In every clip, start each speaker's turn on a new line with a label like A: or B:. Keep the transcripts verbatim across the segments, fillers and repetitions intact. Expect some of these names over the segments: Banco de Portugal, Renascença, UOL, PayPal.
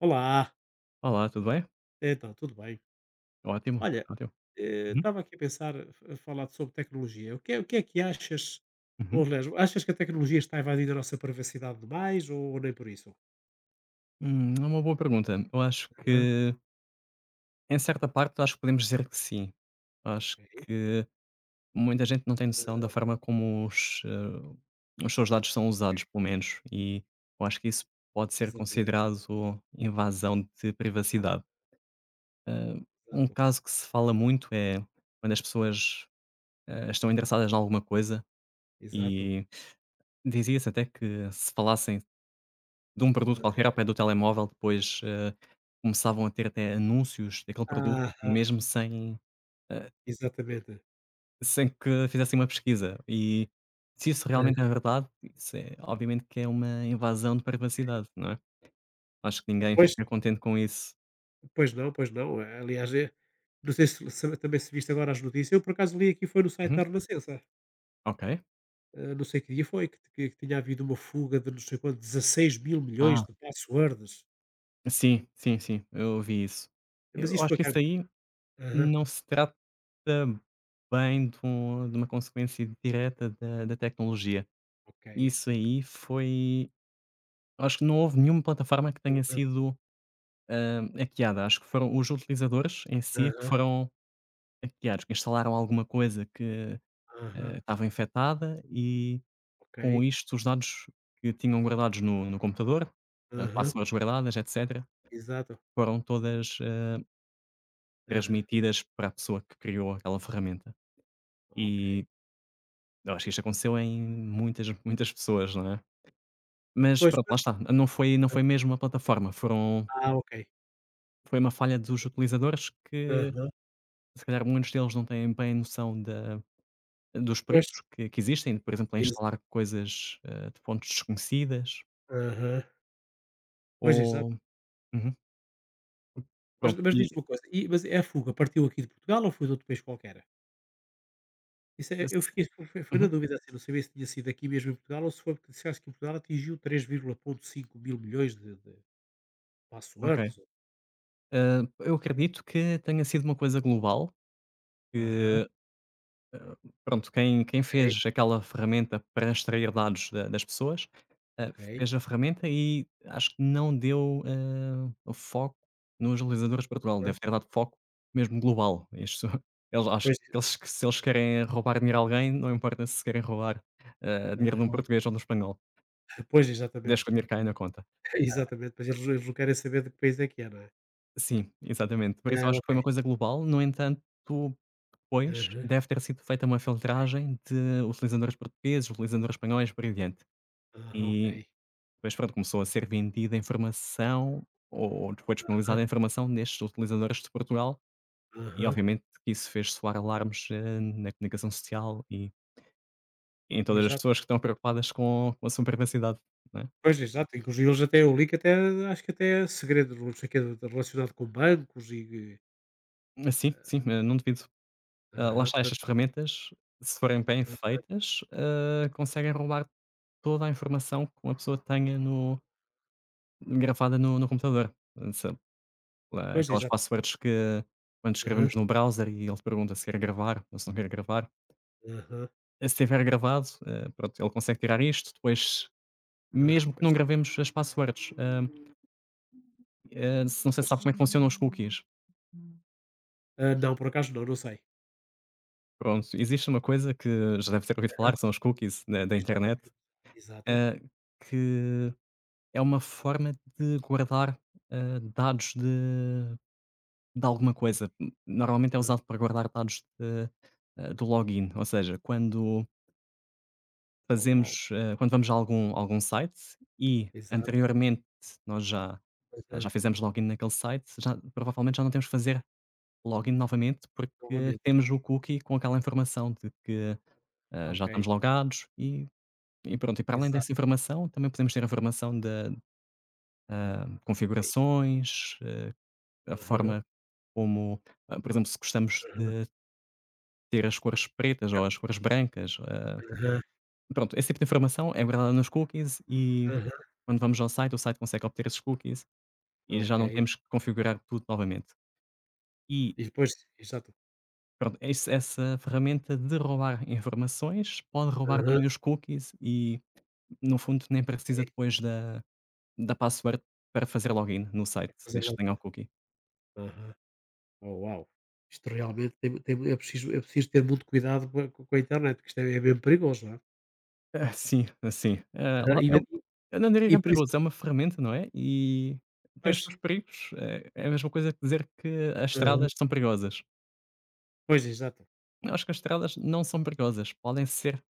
A: Olá,
B: Olá, tudo bem?
A: então, tudo bem?
B: Ótimo.
A: Olha,
B: Tá. Ótimo.
A: eh,
B: Uhum,
A: estava aqui a pensar, eh, a falar sobre tecnologia. O que é, o que, é que achas, ou
B: uhum.
A: aliás, achas que a tecnologia está a invadir a nossa privacidade demais ou nem por isso?
B: Hum, é uma boa pergunta. Eu acho
A: Aham.
B: que, em certa parte, eu acho que podemos dizer que sim. Eu
A: Ok.
B: acho que muita gente não tem noção da forma como os, eh, os seus dados são usados, pelo menos, e eu acho que isso pode ser
A: Exatamente,
B: considerado invasão de privacidade. Um
A: exato,
B: caso que se fala muito é quando as pessoas eh, estão interessadas em alguma coisa
A: exato.
B: e dizia-se até que se falassem de um produto qualquer ao pé do telemóvel, depois, eh, começavam a ter até anúncios daquele produto,
A: Ah,
B: mesmo sem, eh,
A: exatamente.
B: sem que fizessem uma pesquisa. E se isso realmente é verdade, isso é obviamente que é uma invasão de privacidade, não é? Acho que ninguém
A: Pois,
B: fica contente com isso.
A: pois não, pois não. eh, Aliás, eh, não sei se, se- também se viste agora as notícias. Eu, por acaso, li aqui, foi no site da
B: Uhum,
A: Renascença.
B: ok.
A: Eh, não sei que dia foi, que, que, que tinha havido uma fuga de não sei quanto, dezasseis mil milhões
B: Ah,
A: de passwords.
B: sim, sim, sim, eu ouvi isso.
A: Mas
B: Eu
A: isto
B: acho
A: foi a
B: que
A: cá.
B: isso aí
A: Aham.
B: não se trata bem de um de uma consequência direta da da tecnologia.
A: Ok.
B: Isso aí foi. Acho que não houve nenhuma plataforma que tenha
A: Aham,
B: sido, hum, hackeada. Acho que foram os utilizadores em si é que
A: aham,
B: foram hackeados, que instalaram alguma coisa que,
A: aham.
B: eh, estava infectada e
A: Ok.
B: com isto os dados que tinham guardados no no computador, eh,
A: Aham,
B: passwords guardadas, etcétera,
A: exato.
B: foram todas, eh,
A: Aham.
B: transmitidas para a pessoa que criou aquela ferramenta.
A: Ok.
B: E eu acho que isto aconteceu em muitas, muitas pessoas, não é? Mas
A: Pois,
B: pronto, lá está, não foi não foi mesmo uma plataforma, foram
A: ah, ok.
B: foi uma falha dos utilizadores. Que
A: Aham.
B: Se calhar muitos deles não têm bem noção da dos
A: Pois,
B: perigos que que existem, por exemplo, em
A: exa,
B: instalar coisas, hã, de fontes desconhecidas
A: aham. Pois,
B: ou
A: exato.
B: uhum,
A: Mas
B: pronto
A: mas diz-me
B: e
A: uma coisa, e mas é a fuga partiu aqui de Portugal ou foi de outro país qualquer? Isso é, eu
B: s
A: fiquei foi foi foi na
B: uhum,
A: dúvida, assim, não sabia se tinha sido aqui mesmo em Portugal ou se foi, porque disseste que em Portugal atingiu três biliões e quinhentos mil milhões de de
B: ok.
A: passwords.
B: Hã, eu acredito que tenha sido uma coisa global.
A: Aham,
B: Que Pronto, quem quem
A: ok,
B: fez aquela ferramenta para extrair dados da das pessoas, hã,
A: ok.
B: fez a ferramenta e acho que não deu, hã, o foco nos realizadores de Portugal,
A: Aham.
B: deve ter dado foco mesmo global. Isto eles acho que
A: Pois,
B: eles que se eles querem roubar dinheiro a alguém, não importa se querem roubar, hã, dinheiro de um
A: aham.
B: português ou de um espanhol,
A: Pois, exatamente.
B: desde que o dinheiro caia na conta.
A: Exatamente, mas eles eles não querem saber de que país é que é, não é?
B: Sim, exatamente. Por isso
A: Ah,
B: eu acho que
A: ok.
B: foi uma coisa global, no entanto, depois
A: Aham,
B: deve ter sido feita uma filtragem de utilizadores portugueses, utilizadores espanhóis, por aí adiante.
A: ah, ok.
B: E Mas pronto, começou a ser vendida informação, ou depois
A: Aham,
B: disponibilizada informação destes utilizadores de Portugal, e
A: aham.
B: obviamente que isso fez soar alarmes, eh, na comunicação social e em todas as
A: Exato.
B: pessoas que estão preocupadas com com a sua privacidade, né? é?
A: Pois, exato, inclusive eles até o link, até acho que até é segredo, não sei o quê, relacionado com bancos. E,
B: Mas sim, sim, eh, não devido. Ah, lá
A: Aham,
B: está, estas
A: portanto,
B: ferramentas, se forem bem
A: aham,
B: feitas, ah, conseguem roubar toda a informação que uma pessoa tenha no gravada no no computador. Eh, Se lá,
A: pois,
B: aquelas
A: exato.
B: passwords que quando
A: Aham,
B: escrevemos no browser e ele pergunta se quer gravar ou se não quer gravar.
A: aham.
B: Eh, se tiver gravado, eh, pronto, ele consegue tirar isto. Depois,
A: Ah,
B: mesmo que
A: pois.
B: não gravemos as passwords, hã, eh, se não sei se
A: Pois.
B: sabe como é que funcionam os cookies.
A: Ah, não, por acaso não, não sei.
B: Pronto, existe uma coisa que já deve ter ouvido
A: Aham.
B: falar, que são os cookies da da internet,
A: Exatamente. Exato.
B: hã, que é uma forma de guardar, hã, dados de de alguma coisa. Normalmente é usado
A: Ah,
B: para guardar dados de, hã, do login, ou seja, quando
A: oh, uau.
B: Fazemos, eh, quando vamos a algum algum site e
A: Exato.
B: anteriormente nós já eh,
A: Aham.
B: já fizemos login naquele site, já provavelmente já não temos que fazer login novamente, porque
A: Novamente.
B: temos o cookie com aquela informação de que, eh, já
A: Ok.
B: estamos logados e e pronto. E para além
A: Exato,
B: dessa informação, também podemos ter a informação da de
A: ok.
B: configurações, eh, a
A: Aham,
B: forma como, ah, por exemplo, se gostamos
A: aham.
B: de ter as cores pretas
A: Já.
B: ou as cores brancas, eh,
A: Aham,
B: pronto, esse tipo de informação é guardada nos cookies e
A: aham.
B: quando vamos ao site, o site consegue obter esses cookies. E já
A: Ok.
B: não temos que configurar tudo novamente. E
A: E depois, exato.
B: pronto, esse essa ferramenta de roubar informações pode roubar
A: Aham,
B: também os cookies e, no fundo, nem precisa
A: ok.
B: depois da da password para fazer login no site,
A: Para fazer
B: desde que tenha
A: login.
B: o cookie.
A: Aham. Oh, uau! Isto realmente tem, tem é preciso é preciso ter muito cuidado com a com a internet, porque isto é é bem perigoso, não é?
B: Ah, sim, assim, eh,
A: Aham,
B: lá
A: e
B: é um
A: mesmo,
B: eu não diria que
A: e
B: é
A: por isso
B: perigoso, é uma ferramenta, não é? E tem os
A: pois.
B: seus perigos. É é a mesma coisa que dizer que as
A: Aham.
B: estradas são perigosas.
A: Pois, exato.
B: Eu acho que as estradas não são perigosas, podem ser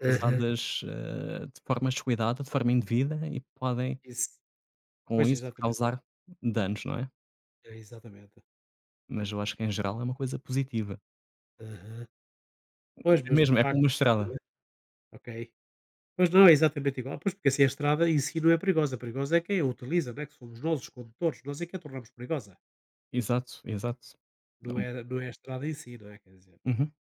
A: Aham.
B: usadas, eh, de forma descuidada, de forma indevida e podem
A: Isso.
B: com
A: Pois,
B: isso
A: exatamente.
B: causar danos, não é?
A: É, exatamente.
B: Mas eu acho que em geral é uma coisa positiva.
A: Aham. Pois,
B: É
A: mas de
B: mesmo, é como
A: facto
B: uma estrada.
A: aham, ok. Pois não, é exatamente igual. Pois, porque assim a estrada em si não é perigosa, perigosa é quem a utiliza, não é, que somos nós os condutores, nós é que a tornamos perigosa.
B: Exato, exato.
A: Não
B: Não-
A: é não é a estrada em si, não é, quer dizer.
B: Uhum.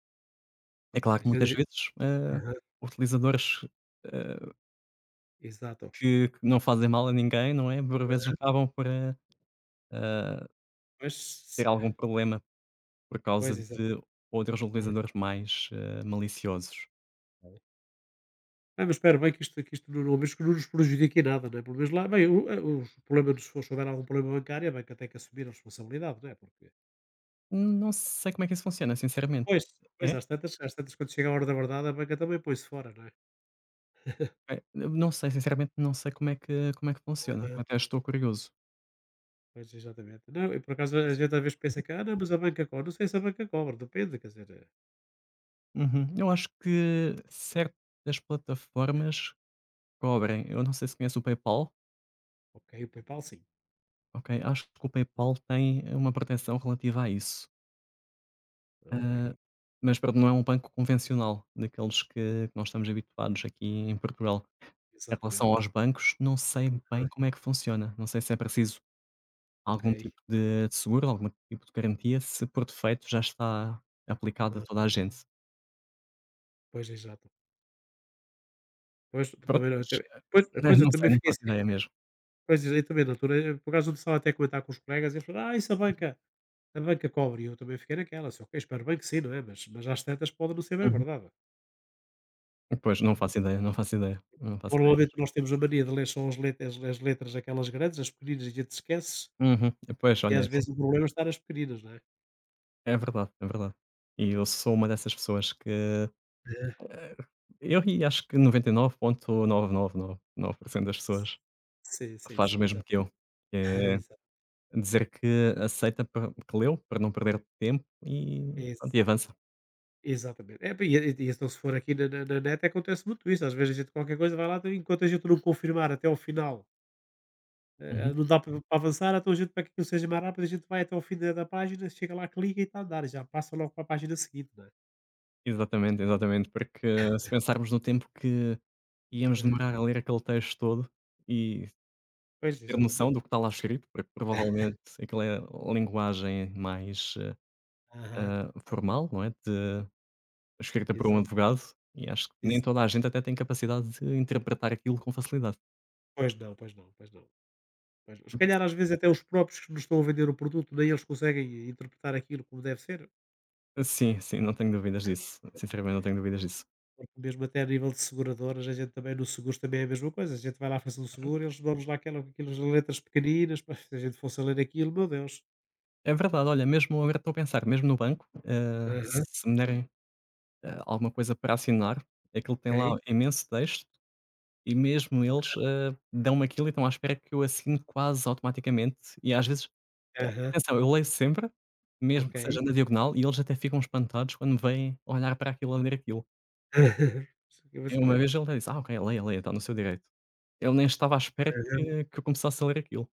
B: É
A: A
B: claro que muitas
A: gente,
B: vezes, hã,
A: aham,
B: utilizadores, hã,
A: exato.
B: que que não fazem mal a ninguém, não é, por vezes acabam por, hã, hã,
A: Mas se
B: ter algum problema por causa
A: pois, exato.
B: de outros
A: Ah,
B: utilizadores mais, hã, maliciosos.
A: ah, mas espero bem que isto que isto não, ao menos que não nos prejudique em nada, não é? Pelo menos lá bem, o a, os problemas, se for, se houver algum problema bancário, a banca tem que assumir a responsabilidade, não é? Porque
B: Não sei como é que isso funciona, sinceramente.
A: pois, pois,
B: É?
A: às tantas, às tantas quando chega a hora da verdade, a banca também põe-se fora, não é?
B: É, eu não sei, sinceramente não sei como é que como é que funciona.
A: Aham.
B: Até estou curioso.
A: Pois, exatamente. Não, e por acaso
B: Eu
A: a
B: sei.
A: gente às vezes pensa que: "Ah, não, mas a banca cobra." Não sei se a banca cobra, depende, quer dizer. Eh,
B: Uhum. Eu acho que certas plataformas cobrem. Eu não sei se conhece o PayPal,
A: ok, o PayPal sim.
B: ok? Acho que o PayPal tem uma proteção relativa a isso.
A: Ah, ok,
B: Ah, mas pronto, não é um banco convencional, daqueles que, que nós estamos habituados aqui em Portugal. Em relação
A: exatamente.
B: aos bancos, não sei
A: Ah,
B: bem como é que funciona. Não sei se é preciso
A: ok.
B: algum tipo de seguro, algum tipo de garantia, se por defeito já está aplicada a
A: Ah,
B: toda a gente.
A: pois, exato. Pois,
B: Pronto,
A: também não, eu
B: mas
A: também pois,
B: ah,
A: pois eu
B: não sei,
A: também
B: não
A: fiquei.
B: faço ideia mesmo.
A: Pois, eu também na altura, eu por acaso estava até a comentar com os colegas e eles falaram: "Ah, isso a banca, a banca cobre." E eu também fiquei naquela, assim: "Ok, espero bem que sim, não é?" Mas mas às tantas pode não ser bem
B: Uhum.
A: verdade,
B: Pois, não faço
A: porque
B: ideia, não faço ideia, não faço ideia.
A: normalmente nós temos a mania de ler só as letras, as letras aquelas grandes, as pequeninas a gente esquece,
B: Uhum. Pois,
A: e
B: olha,
A: às vezes o problema está nas pequeninas, não é?
B: é verdade, é verdade. E eu sou uma dessas pessoas que
A: É.
B: eu e acho que noventa e nove vírgula novecentos e noventa e nove por cento das pessoas
A: Sim, sim,
B: faz
A: sim,
B: o mesmo que
A: exatamente.
B: eu. É
A: Exa,
B: dizer que aceita pa que leu para não perder tempo e pronto,
A: ex,
B: e avança.
A: exatamente. É, pá, e e e então se for aqui na na na net acontece muito isso, às vezes a gente qualquer coisa vai lá, então, enquanto a gente não confirmar até ao final. Eh,
B: Uhum.
A: não dá para avançar, então a gente, para que aquilo seja mais rápido, a gente vai até ao fim da da página, chega lá, clica e está a andar, já passa logo para a página seguinte, não é?
B: Exatamente, exatamente, porque se pensarmos no tempo que íamos
A: Aham.
B: demorar a ler aquele texto todo e
A: Pois,
B: ter noção
A: exatamente.
B: do que está lá escrito, porque provavelmente aquilo é a linguagem mais eh,
A: Aham.
B: ah, formal, não é, de escrita por um
A: Exato.
B: advogado, e acho que nem
A: Isso.
B: toda a gente até tem capacidade de interpretar aquilo com facilidade.
A: Pois não, pois não, pois não, pois não. Se calhar às vezes até os próprios que nos estão a vender o produto, nem eles conseguem interpretar aquilo como deve ser,
B: Sim, sim, não tenho dúvidas disso. Sinceramente, não tenho dúvidas disso.
A: porque mesmo até a nível de seguradoras, a gente também, no seguros também é a mesma coisa, a gente vai lá fazer um seguro, eles dão-nos lá aquela, aquelas letras pequeninas, pá, se a gente fosse a ler aquilo, meu Deus.
B: É verdade, olha, mesmo agora estou a pensar, mesmo no banco, ah,
A: Aham,
B: se me derem ah, alguma coisa para assinar, aquilo tem
A: ok.
B: lá imenso texto e mesmo eles ah, dão-me aquilo e estão à espera que eu assine quase automaticamente. E às vezes,
A: Aham,
B: atenção, eu leio sempre, mesmo que
A: ok.
B: seja na diagonal, e eles até ficam espantados quando me veem olhar para aquilo ou ler aquilo. É, uma vez ele até disse: "Ah, ok, leia, leia, está no seu direito". Ele nem estava à espera
A: Aham.
B: que que eu começasse a ler aquilo.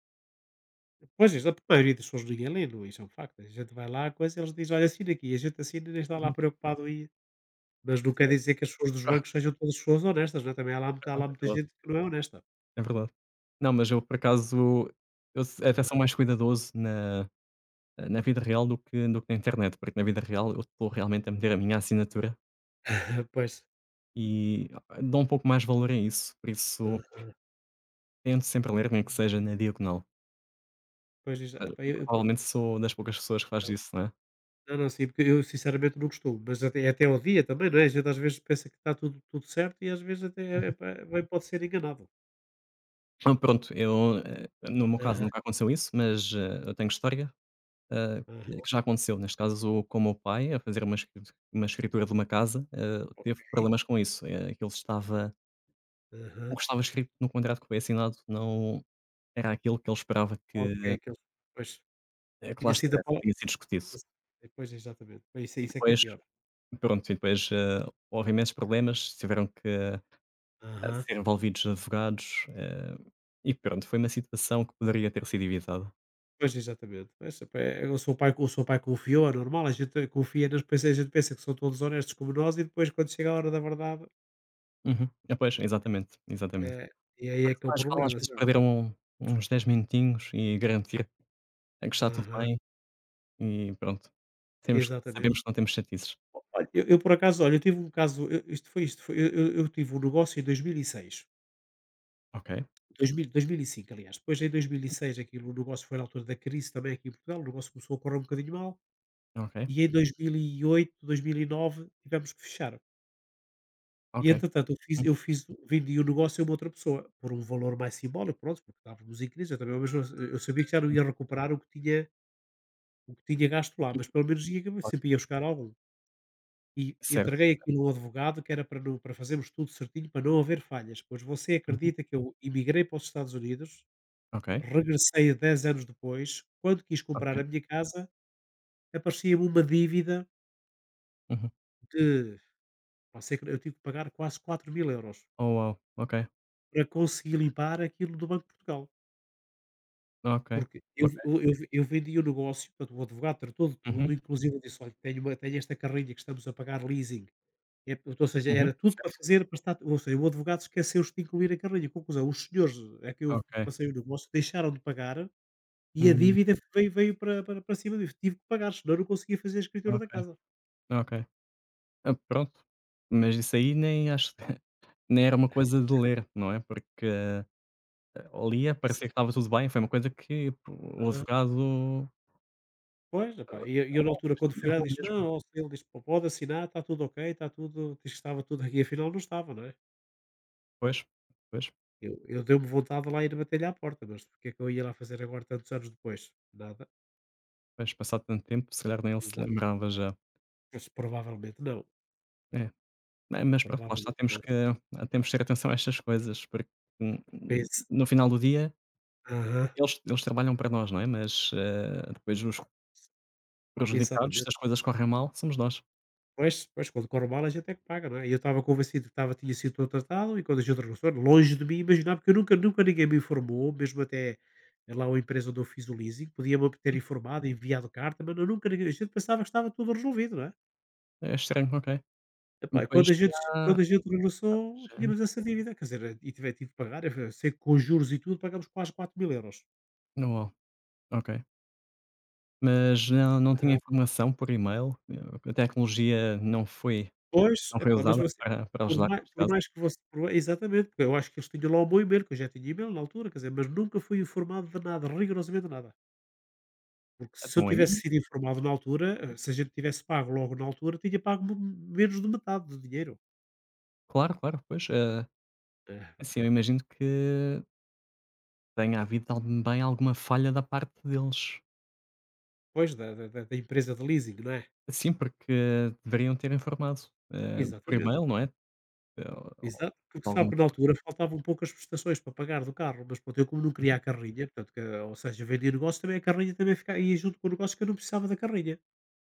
A: Pois, isso, a maioria das pessoas liga e não, isso é um facto. A gente vai lá, coisa, eles dizem: "Olha, assina aqui", e a gente assina e nem está lá
B: Uhum.
A: preocupado aí. Mas não
B: Sim,
A: quer
B: é
A: dizer que as pessoas dos bancos sejam todas pessoas honestas, não é? Também há lá muita, há
B: verdade,
A: lá
B: é
A: muita
B: verdade,
A: gente que não é honesta.
B: é verdade. Não, mas eu por acaso, eu s até sou
A: Aham,
B: mais cuidadoso na na vida real do que do que na internet, porque na vida real eu estou realmente a meter a minha assinatura
A: pois,
B: e ah, dou um pouco mais valor a isso, por isso
A: aham,
B: tento sempre ler, nem que seja na diagonal.
A: pois, isso,
B: Uhum.
A: epá, eu, eu- por,
B: Provavelmente sou das poucas pessoas que faz isso, não é?
A: não, não, sim, porque eu sinceramente não costumo, mas até, é até ao dia também, não é? A gente às vezes pensa que está tudo, tudo certo e às vezes até, epá, bem, pode ser enganado.
B: Mas pronto, eu, eh, no meu caso
A: Aham,
B: nunca aconteceu isso, mas, eh, eu tenho história. Ah, que que
A: aham,
B: já aconteceu, neste caso com o meu pai, a fazer uma escri uma escritura de uma casa, ah, teve
A: ok,
B: problemas com isso, eh, que ele estava
A: aham,
B: o que estava escrito no contrato que foi assinado não era aquilo que ele esperava
A: ok,
B: que
A: aqueles, pois,
B: eh, que lá
A: tinha sido a
B: estivesse, que
A: palavra.
B: tinha sido discutido.
A: Exa, pois, exatamente. Pois isso é
B: E
A: isso é que é
B: depois,
A: pior.
B: pronto, e depois, ah, houve imensos problemas, tiveram que, ah,
A: Aham.
B: ser envolvidos advogados, eh, e pronto, foi uma situação que poderia ter sido evitada.
A: Pois, exatamente. Mas, pá, eh, o seu pai o seu pai confiou, é normal, a gente confia nas pessoas, a gente pensa que são todos honestos como nós e depois quando chega a hora da verdade,
B: Uhum. Ah, pois, exatamente, exatamente.
A: eh, e aí
B: Por
A: é
B: isso
A: que é o
B: mais vale às
A: problema,
B: vezes
A: sabe.
B: perder um uns dez minutinhos e garantir a que está tudo
A: Aham,
B: bem e pronto. Temos
A: exatamente.
B: Sabemos que não temos chatices.
A: O olha, eu eu por acaso, olha, eu tive um caso, eu isto foi isto foi eu eu eu tive um negócio em dois mil e seis,
B: Ok,
A: dois mil, dois mil e cinco aliás, depois em dois mil e seis aquilo, o negócio foi na altura da crise também aqui em Portugal, o negócio começou a correr um bocadinho mal,
B: ok,
A: e em dois dois mil mil e oito, dois mil e nove, tivemos que fechar. E
B: ok.
A: entretanto eu fiz
B: Hum,
A: eu fiz vendi o negócio a uma outra pessoa, por um valor mais simbólico, pronto, porque estávamos em crise, eu também, mas eu eu sabia que já não
B: sim.
A: ia recuperar o que tinha o que tinha gasto lá,
B: Uhum,
A: mas pelo menos ia
B: claro.
A: sempre, ia buscar algum. E
B: Certo,
A: entreguei
B: certo.
A: aquilo ao advogado, que era para não, para fazermos tudo certinho, para não haver falhas, pois, você
B: Uhum.
A: acredita que eu imigrei para os Estados Unidos,
B: Ok,
A: regressei dez anos depois, quando quis
B: ok.
A: comprar a minha casa, aparecia-me uma dívida
B: Uhum.
A: de, você acre, eu tive que pagar quase quatro mil euros
B: Oh, wow. Ok,
A: para conseguir limpar aquilo do Banco de Portugal.
B: ok,
A: Porque eu
B: ok.
A: eu eu eu vendi o negócio, portanto o advogado tratou de tudo,
B: Uhum,
A: inclusive eu disse: "Olha, tenho uma, tenho esta carrinha que estamos a pagar leasing", é portanto, ou seja,
B: uhum.
A: era tudo para
B: Certo.
A: fazer, para estar, ou seja, o advogado esqueceu-se de incluir a carrinha. Conclusão, os senhores a que eu
B: Ok.
A: passei o negócio deixaram de pagar e a
B: Hum,
A: dívida veio, veio para para para cima de mim. Tive que pagar, senão eu não conseguia fazer a escritura da
B: ok,
A: casa.
B: ok. Ah, pronto. Mas isso aí nem acho nem era uma coisa de ler, não é, porque, eh, ali
A: Isso,
B: parecia que estava tudo bem, foi uma coisa que pô, o
A: aham.
B: advogado
A: Pois, epá, e eu e eu na
B: errou
A: altura quando
B: mesmo,
A: fui lá
B: errou
A: disse:
B: mesmo.
A: "Não." Ó, ele disse: "Pô, pode assinar, está tudo ok, está tudo." Diz que estava tudo aqui, afinal não estava, não é?
B: Pois, pois.
A: Eu, eu deu-me vontade de lá ir bater-lhe à porta, mas porque é que eu ia lá fazer agora tantos anos depois? Nada.
B: Pois, passado tanto tempo, se calhar nem ele se
A: Exa,
B: lembrava já.
A: mas provavelmente não.
B: É, ma mas pronto, lá está,
A: Provavelmente
B: temos
A: não.
B: que ah, temos que ter atenção a estas coisas, porque, hum,
A: Pense.
B: no final do dia,
A: Aham.
B: eles eles trabalham para nós, não é, mas, eh, depois os prejudicados,
A: Exatamente.
B: se as coisas correm mal, somos nós.
A: Pois, pois, quando corre mal a gente é que paga, não é? E eu estava convencido que estava, tinha sido todo tratado, e quando a gente regressou, longe de mim imaginar, porque eu nunca, nunca ninguém me informou, mesmo até, eh, lá a empresa onde eu fiz o leasing, podia-me ter informado, enviado carta, mas eu nunca, ninguém, a gente pensava que estava tudo resolvido, não é?
B: É estranho, ok.
A: Epá, e
B: Depois
A: quando a
B: foi
A: gente,
B: há
A: quando a gente regressou,
B: três anos,
A: tínhamos essa dívida, quer dizer, e tive, tive que pagar, eh, sei que com juros e tudo pagámos quase quatro mil euros.
B: na UOL, ok. Mas não não tinha
A: Aham.
B: informação por e-mail, eh, a tecnologia não foi
A: Pois,
B: não foi
A: epá, mas
B: usada
A: você
B: para para
A: por
B: ajudar
A: mai,
B: neste
A: por
B: caso.
A: mais que você, por mai, exatamente, porque eu acho que eles tinham lá o meu e-mail, que eu já tinha e-mail na altura, quer dizer, mas nunca fui informado de nada, rigorosamente nada. Porque se eu
B: Então
A: tivesse
B: aí
A: sido informado na altura, eh, se a gente tivesse pago logo na altura, tinha pago me, menos de metade do dinheiro.
B: claro, claro, pois, eh,
A: Eh,
B: assim, eu imagino que tenha havido também alguma falha da parte deles.
A: Pois, da da da da empresa de leasing, não é?
B: Sim, porque deveriam ter informado, eh, por
A: Exatamente.
B: e-mail, não é? Eh, ou
A: Exato, porque
B: de
A: sabe
B: alguma
A: que na
B: forma.
A: altura faltavam poucas prestações para pagar do carro, mas pronto, eu como não queria
B: Uhum.
A: a carrinha, portanto, que, ou seja, vendia negócio, também a carrinha também ficava, ia junto com o negócio, que eu não precisava da carrinha.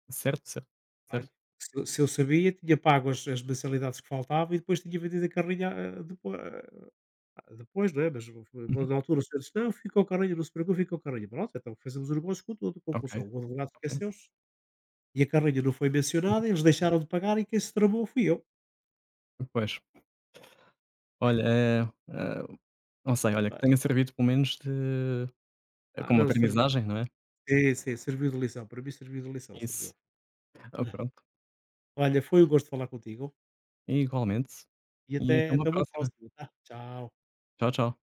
B: Certo, certo,
A: Olha,
B: certo.
A: se, eu se eu sabia, tinha pago as, as mensalidades que faltavam e depois tinha vendido a carrinha, ah, depois, depois, não é? Mas o, foi,
B: Uhum.
A: na altura o senhor disse, não, ficou a carrinha, não se preocupe, ficou a carrinha. Pronto, então fazemos o negócio com tudo,
B: Ok,
A: conclusão. O advogado
B: ok.
A: esqueceu-se e a carrinha não foi mencionada, eles deixaram de pagar e quem se tramou fui eu.
B: Pois. Olha, eh, eh, não sei, olha, que tenha servido pelo menos de eh,
A: Ah,
B: como
A: não, serviu.
B: aprendizagem, não é?
A: Sim, sim, serviu de lição. Para mim serviu de lição,
B: Isso.
A: serviu.
B: Ah, pronto.
A: Olha, foi um gosto falar contigo
B: E igualmente.
A: e
B: E até
A: até,
B: uma
A: até uma
B: próxima.
A: próxima, tá? Tchau.
B: Tchau, tchau.